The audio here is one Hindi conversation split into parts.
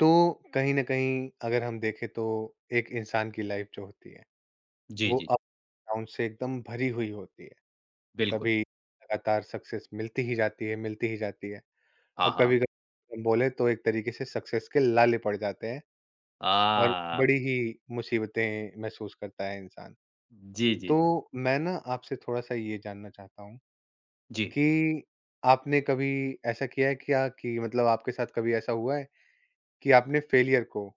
तो कहीं न कहीं अगर हम देखें तो एक इंसान की लाइफ जो होती है, जी, वो जी। अप डाउन से एकदम भरी हुई होती है। बिल्कुल। कभी लगातार सक्सेस मिलती ही जाती है, मिलती ही जाती है हाँ, और हाँ। कभी-कभी हम बोले तो एक तरीके से सक्सेस के लाले पड़ जाते हैं और आ, बड़ी ही मुसीबतें महसूस करता है इंसान। जी, जी, तो जी। मैं ना आपसे थोड़ा-सा ये जानना चाहता हूँ जी। कि आपने कभी ऐसा किया है क्या कि मतलब आपके साथ कभी ऐसा हुआ है कि आपने फेलियर को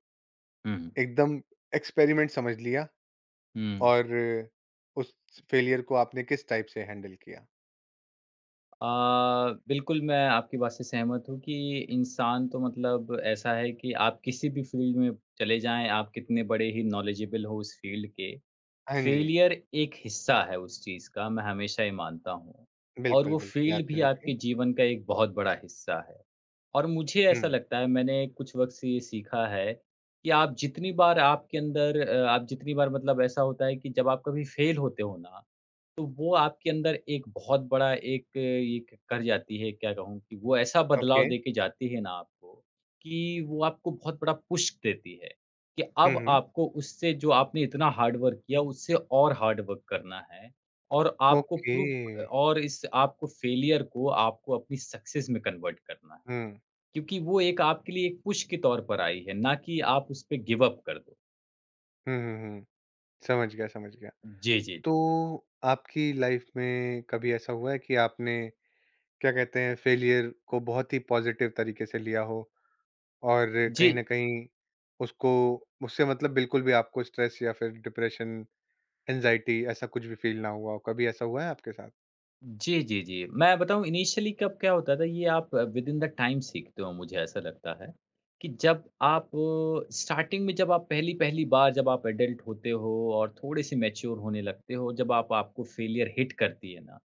हुँ, एकदम एक्सपेरिमेंट समझ लिया? हुँ। और उस फेलियर को आपने किस टाइप से हैंडल किया? अ, बिल्कुल मैं आपकी बात से सहमत हूँ कि इंसान तो मतलब ऐसा है कि आप किसी भी फ़ील्ड में चले जाएँ, आप कितने बड़े ही नॉलेजेबल हो उस फ़ील्ड के, हाँ जी। फ़ेलियर एक हिस्सा है उस चीज़ का, मैं हमेशा ये मानता हूँ। और बिल्कुल, वो बिल्कुल, फ़ील्ड भी आपके एब्सोल्युटली। जीवन का एक बहुत बड़ा हिस्सा है। और मुझे हुँ, ऐसा लगता है मैंने कुछ वक़्त से ये सीखा है कि आप जितनी बार मतलब ऐसा होता है कि जब आप कभी फ़ेल होते हो ना, तो वो आपके अंदर एक बहुत बड़ा एक ये क कर जाती है क्या कहूँ कि वो ऐसा बदलाव ओके। देके जाती है ना आपको, कि वो आपको बहुत बड़ा पुश देती है, कि हुँ, अब हुँ। आपको उससे जो आपने इतना हार्ड वर्क किया उससे और हार्ड वर्क करना है और आपको ओके। प्रूफ़ और इस आपको फ़ेलियर को आपको अपनी सक्सेस में कन्वर्ट करना है। हुँ। क्योंकि वो एक आपके लिए एक पुश के तौर पर आई है, ना कि आप उस पे गिव अप कर दो। हुँ, हुँ, हुँ। समझ गया, समझ गया। जी, जी, जी। तो आपकी लाइफ में कभी ऐसा हुआ है कि आपने क्या कहते हैं फेलियर को बहुत ही पॉज़िटिव तरीके से लिया हो और जी, कहीं न कहीं उसको उससे मतलब बिल्कुल भी आपको स्ट्रेस या फिर डिप्रेशन, एंग्ज़ायटी ऐसा कुछ भी फ़ील ना हुआ हो? कभी ऐसा हुआ है आपके साथ? जी, जी, जी। मैं बताऊँ इनिशियली कब क्या होता था ये आप विद इन द टाइम सीखते हो मुझे ऐसा लगता है, कि जब आप स्टार्टिंग में जब आप पहली-पहली बार जब आप एडल्ट होते हो और थोड़े-से मैच्योर होने लगते हो, जब आप आपको फेलियर हिट करती है ना,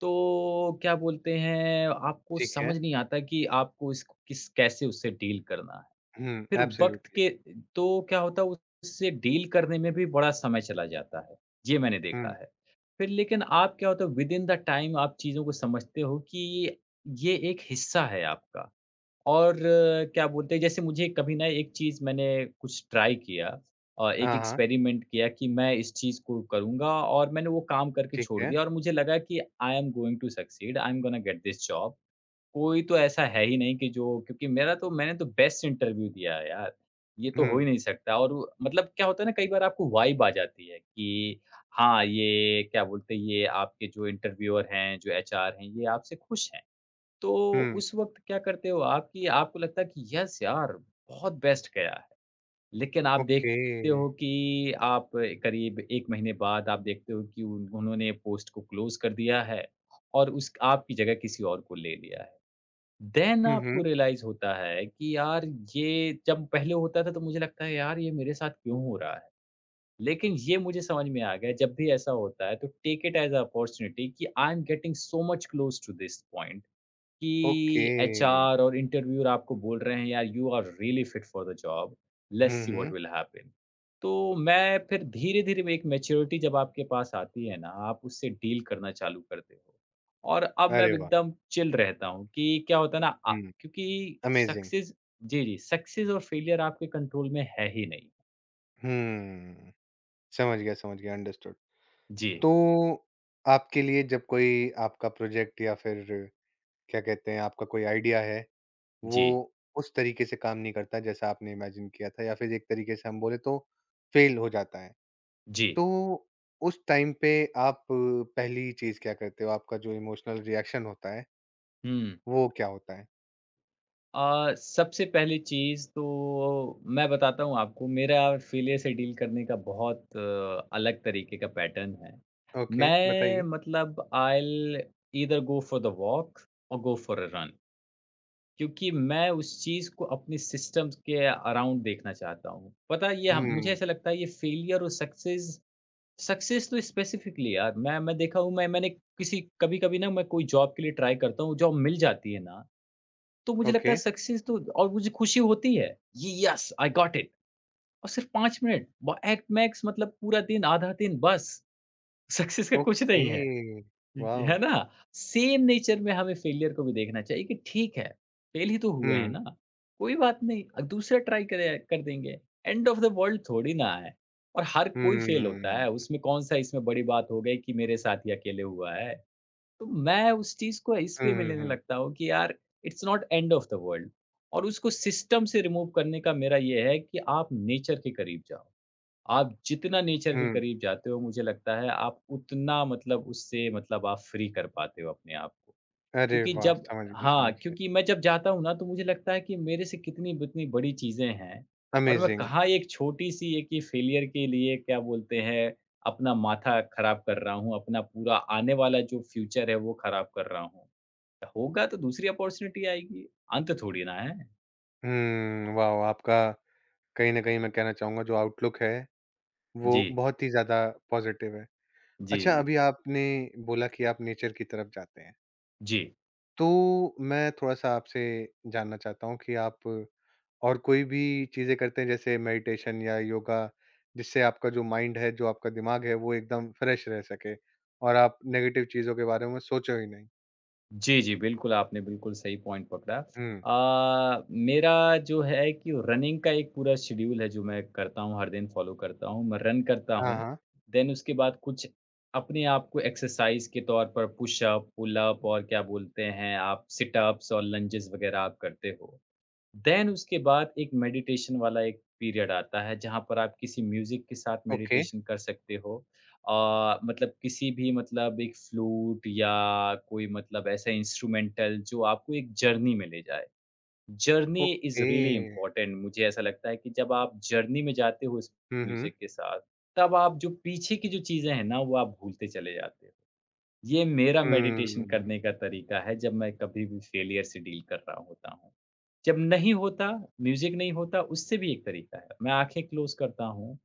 तो क्या बोलते हैं आपको ठीक है। समझ नहीं आता कि आपको इसको किस कैसे उससे डील करना है। हुँ, फिर वक़्त एब्सोल्युटली। के तो क्या होता है उससे डील करने में भी बड़ा समय चला जाता है। ये मैंने देखा हुँ। है। फिर लेकिन आप क्या होता है विद इन द टाइम आप चीज़ों को समझते हो कि ये एक हिस्सा है आपका और क्या बोलते हैं जैसे मुझे कभी ना एक चीज़ मैंने कुछ ट्राई किया एक हाँ, हाँ, एक्सपेरिमेंट किया कि मैं इस चीज़ को करूँगा और मैंने वो काम करके ठीक छोड़ है। दिया और मुझे लगा कि I am going to succeed, I am gonna get this job. कोई तो ऐसा है ही नहीं कि जो क्योंकि मेरा तो मैंने तो बेस्ट इंटरव्यू दिया है यार। ये तो हो हुँ, ही नहीं सकता और वो- मतलब क्या होता है ना कई बार आपको वाइब आ जाती है कि हाँ, ये क्या बोलते हैं ये आपके जो इंटरव्यूअर हैं, जो एचआर हैं, ये आपसे खुश हैं। तो हुँ, उस वक़्त क्या करते हो आप कि आपको लगता है कि यस यार, बहुत बेस्ट गया है। लेकिन आप ओके। देखते हो कि आप करीब 1 महीने बाद आप देखते हो कि उन उन्होंने पोस्ट को क्लोज़ कर दिया है और उस आपकी जगह किसी और को ले लिया है। देन हुँ, हुँ, आपको रियलाइज़ होता है कि यार ये जब पहले होता था तो मुझे लगता है यार ये मेरे साथ क्यों हो रहा है? लेकिन ये मुझे समझ में आ गया जब भी ऐसा होता है तो take it as a opportunity कि I am getting so much close to this point कि ओके। एचआर और इंटरव्यूअर आपको बोल रहे हैं यार you are really fit for the job. Let's hmm, see hmm. What will happen. तो मैं फिर धीरे धीरे एक मैच्योरिटी जब आपके पास आती है ना आप उससे डील करना चालू करते हो और अब मैं अरे वाह! एकदम चिल रहता हूँ कि क्या होता है ना हुँ, क्योंकि अमेज़िंग। सक्सेस, जी जी, सक्सेस और फेलियर आपके कंट्रोल में है ही नहीं। हुँ, समझ गया, अंडरस्टूड। जी, तो आपके लिए जब कोई आपका प्रोजेक्ट या फिर क्या कहते हैं, आपका कोई आइडिया है, जी, वो उस तरीके से काम नहीं करता जैसा आपने इमेजिन किया था या फिर एक तरीके से हम बोले तो फ़ेल हो जाता है। जी। तो उस टाइम पे आप पहली चीज़ क्या करते हो? आपका जो इमोशनल रिएक्शन होता है हम्म। वो क्या होता है? सबसे पहली चीज़ तो मैं बताता हूँ आपको मेरा फेलियर से डील करने का बहुत अलग तरीके का पैटर्न है। ओके, बताइए। मैं मतलब I will either go for the walk और गो फॉर अ रन क्योंकि मैं उस चीज़ को अपने सिस्टम्स के अराउंड देखना चाहता हूँ। पता है ये हम मुझे हुँ, ऐसा लगता है ये फेलियर और सक्सेस, सक्सेस तो स्पेसिफिकली यार मैं देखा हूँ मैंने किसी कभी-कभी ना मैं कोई जॉब के लिए ट्राई करता हूँ, जॉब मिल जाती है ना तो मुझे ओके, लगता है सक्सेस तो और मुझे खुशी होती है, ये यस आई गॉट इट और सिर्फ़ 5 मिनट ब एट मैक्स मतलब पूरा दिन, आधा दिन बस, सक्सेस का कुछ ओके, नहीं है। है वॉव! ना? सेम नेचर में हमें फेलियर को भी देखना चाहिए कि ठीक है, फेल ही तो हुए हैं हुँ, ना, कोई बात नहीं, दूसरा ट्राई करे कर देंगे, एंड ऑफ द वर्ल्ड थोड़ी ना है और हर कोई हुँ, फेल होता हुँ, है, उसमें कौन-सा इसमें बड़ी बात हो गई कि मेरे साथ ही अकेले हुआ है। तो मैं उस चीज़ को इस वे में हुँ, लेने हुँ, लगता हूँ कि यार it's not end of the world और उसको सिस्टम से रिमूव करने का मेरा ये है कि आप नेचर के करीब जाओ। आप जितना नेचर के हुँ। करीब जाते हो मुझे लगता है आप उतना मतलब उससे मतलब आप फ्री कर पाते हो अपने आप को। अरे क्योंकि वाह! जब समझ गया, हाँ, समझ गया। क्योंकि मैं जब जाता हूँ ना तो मुझे लगता है कि मेरे से कितनी इतनी बड़ी चीज़ें हैं और मैं अमेज़िंग। कहाँ एक छोटी-सी एक ये फेलियर के लिए क्या बोलते हैं, अपना माथा खराब कर रहा हूँ, अपना पूरा आने वाला जो फ्यूचर है वो खराब कर रहा हूँ। होगा तो दूसरी अपॉर्च्युनिटी आएगी, अंत थोड़ी ना है। हुँ, वॉव! आपका कहीं न कहीं मैं कहना चाहूँगा जो आउटलुक है, वो जी, बहुत ही ज़्यादा पॉज़िटिव है। जी, अच्छा, जी। अभी आपने बोला कि आप नेचर की तरफ जाते हैं, जी। तो मैं थोड़ा-सा आपसे जानना चाहता हूँ कि आप और कोई भी चीज़ें करते हैं जैसे मेडिटेशन या योगा जिससे आपका जो माइंड है, जो आपका दिमाग है वो एकदम फ्रेश रह सके और आप नेगेटिव चीज़ों के बारे में सोचो ही नहीं? जी, जी। बिल्कुल, आपने बिल्कुल सही पॉइंट पकड़ा। हुँ। मेरा जो है कि रनिंग का एक पूरा शेड्यूल है जो मैं करता हूँ, हर दिन फ़ॉलो करता हूँ। मैं रन करता हाँ, हूँ, हाँ। देन उसके बाद कुछ अपने आप को एक्सरसाइज़ के तौर पर पुशअप, पुलअप और क्या बोलते हैं आप सिटअप्स और लंजेस वग़ैरह आप करते हो। देन उसके बाद एक मेडिटेशन वाला एक पीरियड आता है जहाँ पर आप किसी म्यूज़िक के साथ ओके, मेडिटेशन कर सकते हो। मतलब किसी भी मतलब एक फ्लूट या कोई मतलब ऐसा इंस्ट्रूमेंटल जो आपको एक जर्नी में ले जाए। Journey is okay. Really important मुझे ऐसा लगता है कि जब आप जर्नी में जाते हो इस हुँ, हुँ। म्यूज़िक के साथ, तब आप जो पीछे की जो चीज़ें हैं ना, वो आप भूलते चले जाते हो। ये मेरा मेडिटेशन हुँ। करने का तरीका है जब मैं कभी भी फेलियर से डील कर रहा होता हूँ। जब नहीं होता, म्यूज़िक नहीं होता, उससे भी एक तरीका है। मैं आँखें क्लोज़ करता हूँ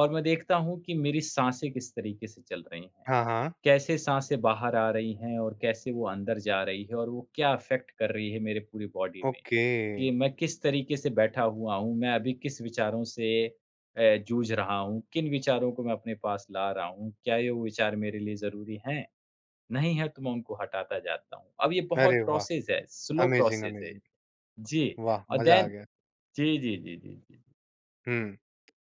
और मैं देखता हूँ कि मेरी साँसें किस तरीके से चल रही हैं। हाँ, हाँ। कैसे साँसें बाहर आ रही हैं और कैसे वो अंदर जा रही है और वो क्या इफ़ेक्ट कर रही है मेरे पूरी बॉडी में। ओके। कि मैं किस तरीके से बैठा हुआ हूँ, मैं अभी किस विचारों से जूझ रहा हूँ, किन विचारों को मैं अपने पास ला रहा हूँ, क्या ये वो विचार मेरे लिए ज़रूरी हैं? नहीं है तो मैं उनको हटाता जाता हूँ। अब ये अरे बहुत वाह! प्रोसेस है, स्लो अमेज़िंग, प्रोसेस है। अमेज़िंग। जी। वाह! और मज़ा आ देन गया। जी, जी, जी, जी, जी। हुँ।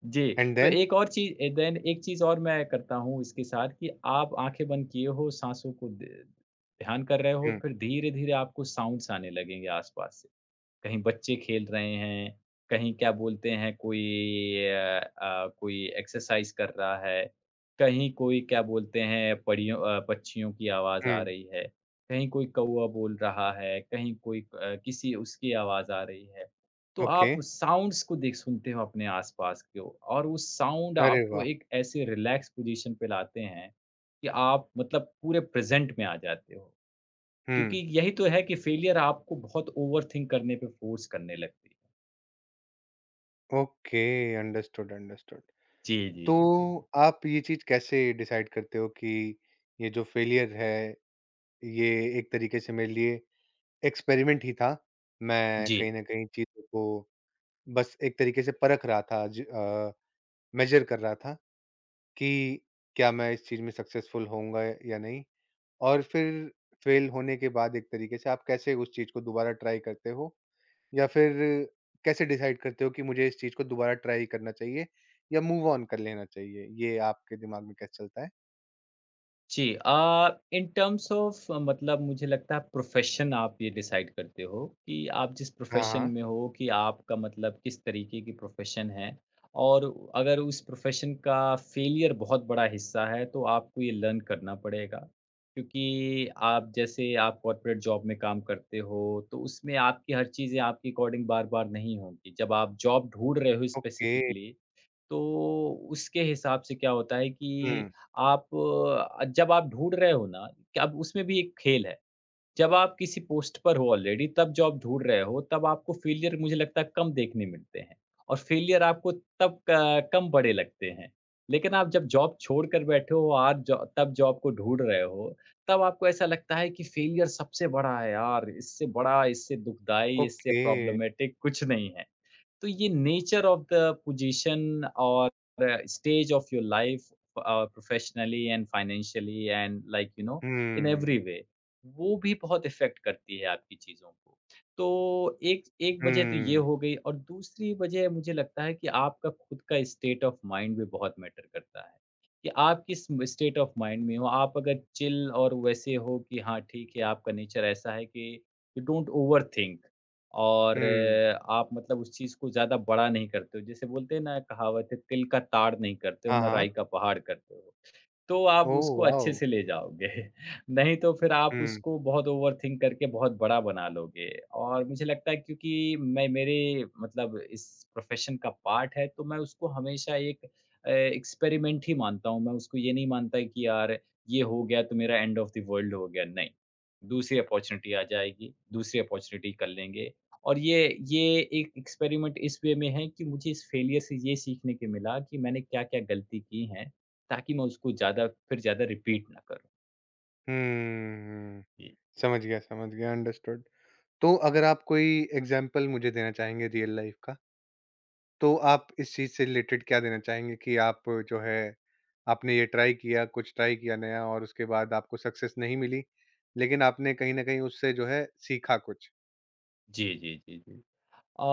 जी, एंड तो देन? एक और चीज़ देन एक चीज़ और मैं करता हूँ इसके साथ कि आप आँखें बंद किए हो, साँसों को ध ध्यान कर रहे हो, हुँ, फिर धीरे-धीरे आपको साउंड्स आने लगेंगे आस-पास से। कहीं बच्चे खेल रहे हैं, कहीं क्या बोलते हैं कोई कोई एक्सरसाइज़ कर रहा है, कहीं कोई क्या बोलते हैं पक्षियों की आवाज़ आ हुँ। रही है, कहीं कोई कौवा बोल रहा है, कहीं कोई किसी उसकी आवाज़ आ रही है। तो ओके। आप साउंड्स को देख सुनते हो अपने आस-पास को और वो साउंड अरे आपको वाह! एक ऐसे रिलैक्स पोज़ीशन पे लाते हैं कि आप मतलब पूरे प्रेज़ेंट में आ जाते हो। क्योंकि हुँ। यही तो है कि फेलियर आपको बहुत ओवरथिंक करने पे फ़ोर्स करने लगती है। ओके। Understood, understood. जी, जी, तो जी, जी, जी। आप ये चीज़ कैसे डिसाइड करते हो कि ये जो फेलियर है ये एक तरीके से मेरे लिए एक्सपेरिमेंट ही था मैं जी। कहीं न कहीं चीज़ों को बस एक तरीके से परख रहा था मेज़र कर रहा था कि क्या मैं इस चीज़ में सक्सेसफुल होऊँगा या नहीं? और फिर फेल होने के बाद एक तरीके से आप कैसे उस चीज़ को दोबारा ट्राई करते हो? या फिर कैसे डिसाइड करते हो कि मुझे इस चीज़ को दोबारा ट्राई करना चाहिए या मूव ऑन कर लेना चाहिए? ये आपके दिमाग में कैसे चलता है? जी इन टर्म्स ऑफ मतलब मुझे लगता है प्रोफेशन आप ये डिसाइड करते हो कि आप जिस हाँ, प्रोफेशन हाँ। में हो कि आपका मतलब किस तरीके की प्रोफेशन है और अगर उस प्रोफेशन का फेलियर बहुत बड़ा हिस्सा है तो आपको ये लर्न करना पड़ेगा क्योंकि आप जैसे आप कॉर्पोरेट जॉब में काम करते हो तो उसमें आपकी हर चीज़ें आपके अकॉर्डिंग बार बार नहीं होंगी जब आप जॉब ढूंढ रहे हो ओके। स्पेसिफिकली। तो उसके हिसाब से क्या होता है हुँ, कि आप जब आप ढूँढ रहे हो ना, कि अब उसमें भी एक खेल है। जब आप किसी पोस्ट पर हो ऑलरेडी, तब जॉब ढूँढ रहे हो, तब आपको फेलियर मुझे लगता है कम देखने मिलते हैं और फेलियर आपको तब क कम बड़े लगते हैं। लेकिन आप जब जॉब छोड़ कर बैठे हो, आज ज तब जॉब को ढूँढ रहे हो, तब आपको ऐसा लगता है कि फेलियर सबसे बड़ा है यार, इससे बड़ा, इससे दुखदाई, इससे ओके। प्रॉब्लमैटिक कुछ नहीं है। तो ये नेचर ऑफ द पोजीशन और stage of your life professionally and financially and like you know in hmm, every way वो भी बहुत इफ़ेक्ट करती है आपकी चीज़ों को। तो एक एक वजह तो ये हुँ, हो गई और दूसरी वजह मुझे लगता है कि आपका खुद का स्टेट ऑफ माइंड भी बहुत मैटर करता है, कि आप किस स्टेट ऑफ माइंड में हो। आप अगर चिल और वैसे हो कि हाँ ठीक है, आपका नेचर ऐसा है कि यू डोंट ओवरथिंक और हुँ। आप मतलब उस चीज़ को ज़्यादा बड़ा नहीं करते हो। जैसे बोलते हैं ना, कहावत है, तिल का ताड़ नहीं करते हो, हाँ, ना हाँ। राई का पहाड़ करते हो। तो आप ओह उसको अच्छे वॉव! से ले जाओगे। नहीं तो फिर आप हुँ, उसको बहुत ओवरथिंक करके बहुत बड़ा बना लोगे और मुझे लगता है क्योंकि मैं मेरे मतलब इस प्रोफ़ेशन का पार्ट है, तो मैं उसको हमेशा एक एक्सपेरिमेंट ही मानता हूँ। मैं उसको ये नहीं मानता कि यार ये हो गया तो मेरा एंड ऑफ़ द वर्ल्ड हो गया, नहीं। दूसरी अपॉर्च्युनिटी आ जाएगी, दूसरी अपॉर्च्युनिटी कर लेंगे और ये एक एक्सपेरिमेंट इस वे में है कि मुझे इस फेलियर से ये सीखने को मिला कि मैंने क्या-क्या गलती की हैं, ताकि मैं उसको ज़्यादा फिर ज़्यादा रिपीट ना करूँ। हुँ। जी। समझ गया, अंडरस्टूड। तो अगर आप कोई एग्ज़ाम्पल मुझे देना चाहेंगे रियल लाइफ़ का, तो आप इस चीज़ से रिलेटेड क्या देना चाहेंगे कि आप जो है, आपने ये ट्राई किया, कुछ ट्राई किया नया और उसके बाद आपको सक्सेस नहीं मिली, लेकिन आपने कहीं न कहीं उससे जो है सीखा कुछ? जी, जी, जी, जी। अ,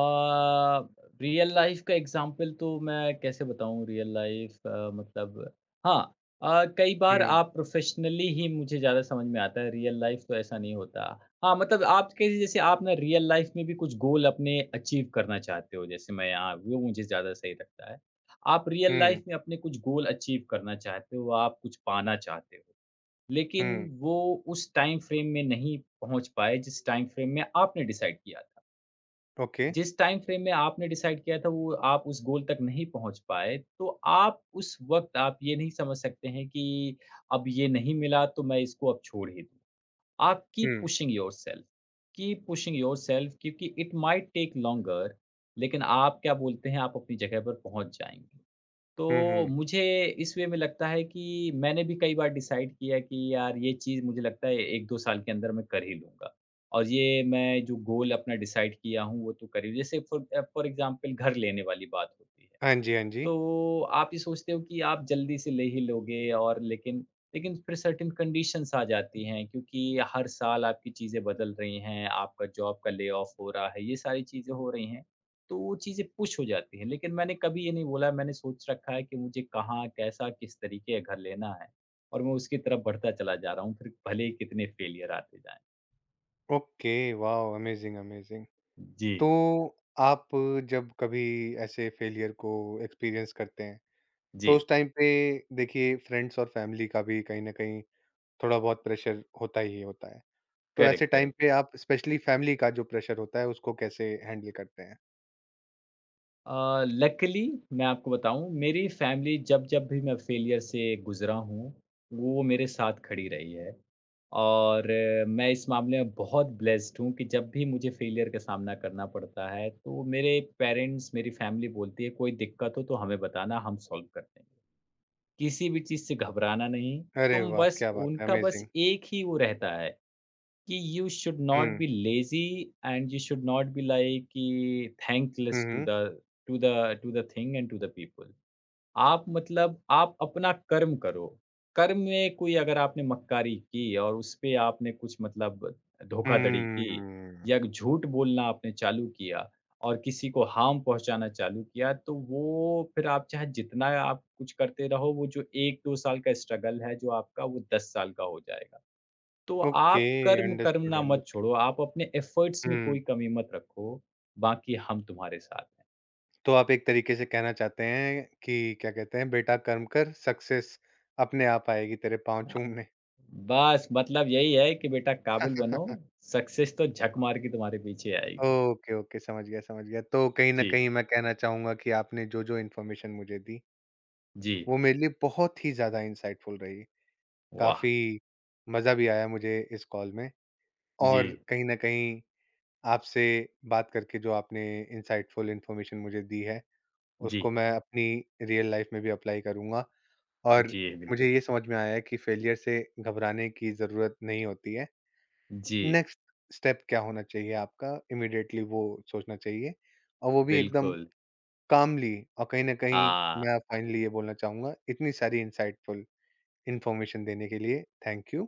रियल लाइफ़ का एग्ज़ाम्पल तो मैं कैसे बताऊँ, रियल लाइफ़ मतलब हाँ, कई बार हुँ, आप प्रोफ़ेशनली ही मुझे ज़्यादा समझ में आता है, रियल लाइफ़ तो ऐसा नहीं होता। हाँ, मतलब आपके जैसे आप ना रियल लाइफ़ में भी कुछ गोल अपने अचीव करना चाहते हो, जैसे मैं यहाँ वो मुझे ज़्यादा सही लगता है। आप रियल हुँ, लाइफ़ में अपने कुछ गोल अचीव करना चाहते हो, आप कुछ पाना चाहते हो। लेकिन हुँ। वो उस टाइम फ्रेम में नहीं पहुँच पाए, जिस टाइम फ्रेम में आपने डिसाइड किया था। ओके। जिस टाइम फ्रेम में आपने डिसाइड किया था, वो आप उस गोल तक नहीं पहुँच पाए, तो आप उस वक़्त आप ये नहीं समझ सकते हैं कि अब ये नहीं मिला, तो मैं इसको अब छोड़ ही दूँ। आप हुँ, कीप पुशिंग योरसेल्फ क्योंकि इट माइट टेक लॉन्गर, लेकिन आप क्या बोलते हैं, आप अपनी जगह पर पहुँच जाएँगे। हुँ, तो हुँ। मुझे इस वे में लगता है कि मैंने भी कई बार डिसाइड किया कि यार ये चीज़ मुझे लगता है 1-2 साल के अंदर मैं कर ही लूँगा। और ये मैं जो गोल अपना डिसाइड किया हूँ वो तो कर ही, जैसे फ़ॉर एग्ज़ाम्पल घर लेने वाली बात होती है। हाँ जी, हाँ जी। तो आप ये सोचते हो कि आप जल्दी से ले ही लोगे और लेकिन लेकिन फिर सर्टेन कंडीशंस आ जाती हैं, क्योंकि हर साल आपकी चीज़ें बदल रही हैं, आपका जॉब का ले-ऑफ हो रहा है, ये सारी चीज़ें हो रही हैं, तो वो चीज़ें पुश हो जाती हैं। लेकिन मैंने कभी ये नहीं बोला, मैंने सोच रखा है कि मुझे कहाँ, कैसा, किस तरीके का घर लेना है और मैं उसकी तरफ बढ़ता चला जा रहा हूँ, फिर भले ही कितने फेलियर आते जाएँ। Okay, wow! Amazing, amazing. जी, तो आप जब कभी ऐसे फेलियर को एक्सपीरियंस करते हैं, जी। तो उस टाइम पे देखिए फ्रेंड्स और फैमिली का भी कहीं न कहीं थोड़ा बहुत प्रेशर होता ही होता है। तो ऐसे करेक्ट, टाइम करेक्ट। पे आप स्पेशली फैमिली का जो प्रेशर होता है, उसको कैसे हैंडल करते हैं? लकीली मैं आपको बताऊँ, मेरी फैमिली जब जब भी मैं फेलियर से गुज़रा हूँ, वो मेरे साथ खड़ी रही है। और मैं इस मामले में बहुत ब्लेस्ड हूँ कि जब भी मुझे फेलियर का सामना करना पड़ता है, तो मेरे पेरेंट्स, मेरी फैमिली बोलती है कोई दिक्कत हो तो हमें बताना, हम सॉल्व कर देंगे। किसी भी चीज़ से घबराना नहीं, अरे तुम वाह! बस, क्या बात है, उनका बस अमेज़िंग। एक ही वो रहता है कि you should not hmm. Be lazy and you should not be like कि hmm, thankless hmm. To the to the thing and to the people. आप मतलब आप अपना कर्म करो। कर्म में कोई अगर आपने मक्कारी की और उस पे आपने कुछ मतलब धोखाधड़ी की हुँ। या झूठ बोलना आपने चालू किया और किसी को हार्म पहुँचाना चालू किया, तो वो फिर आप चाहे जितना आप कुछ करते रहो, वो जो 1-2 साल का स्ट्रगल है जो आपका, वो 10 साल का हो जाएगा। तो ओके, आप कर्म अंडरस्टूड, करना मत अंडरस्टूड। छोड़ो, आप अपने एफ़र्ट्स में हुँ। कोई कमी मत रखो, बाकी हम तुम्हारे साथ हैं। तो आप एक तरीके से कहना चाहते हैं कि क्या कहते हैं बेटा कर्म कर सक्सेस अपने आप आएगी तेरे पाँव अ, चूमने। बस मतलब यही है कि बेटा काबिल बनो, सक्सेस तो झक मार के तुम्हारे पीछे आएगी। ओके, ओके समझ गया, समझ गया। तो कहीं न जी, कहीं मैं कहना चाहूँगा कि आपने जो-जो इन्फॉर्मेशन मुझे दी, जी, वो मेरे लिए बहुत ही ज़्यादा इनसाइटफुल रही। वाह! काफ़ी मज़ा भी आया मुझे इस कॉल में जी, और कहीं न कहीं आपसे बात करके जो आपने इनसाइटफुल इन्फॉर्मेशन मुझे दी है, जी, उसको मैं अपनी रियल लाइफ़ में भी अप्लाई करूँगा। और जी, बिल्कुल। मुझे ये समझ में आया है कि फेलियर से घबराने की ज़रूरत नहीं होती है। जी, नेक्स्ट स्टेप क्या होना चाहिए आपका, इमीडिएटली वो सोचना चाहिए और वो भी एकदम बिल्कुल। कामली और कहीं न कहीं हाँ। मैं फाइनली ये बोलना चाहूँगा, इतनी सारी इंसाइटफुल इन्फॉर्मेशन देने के लिए थैंक यू।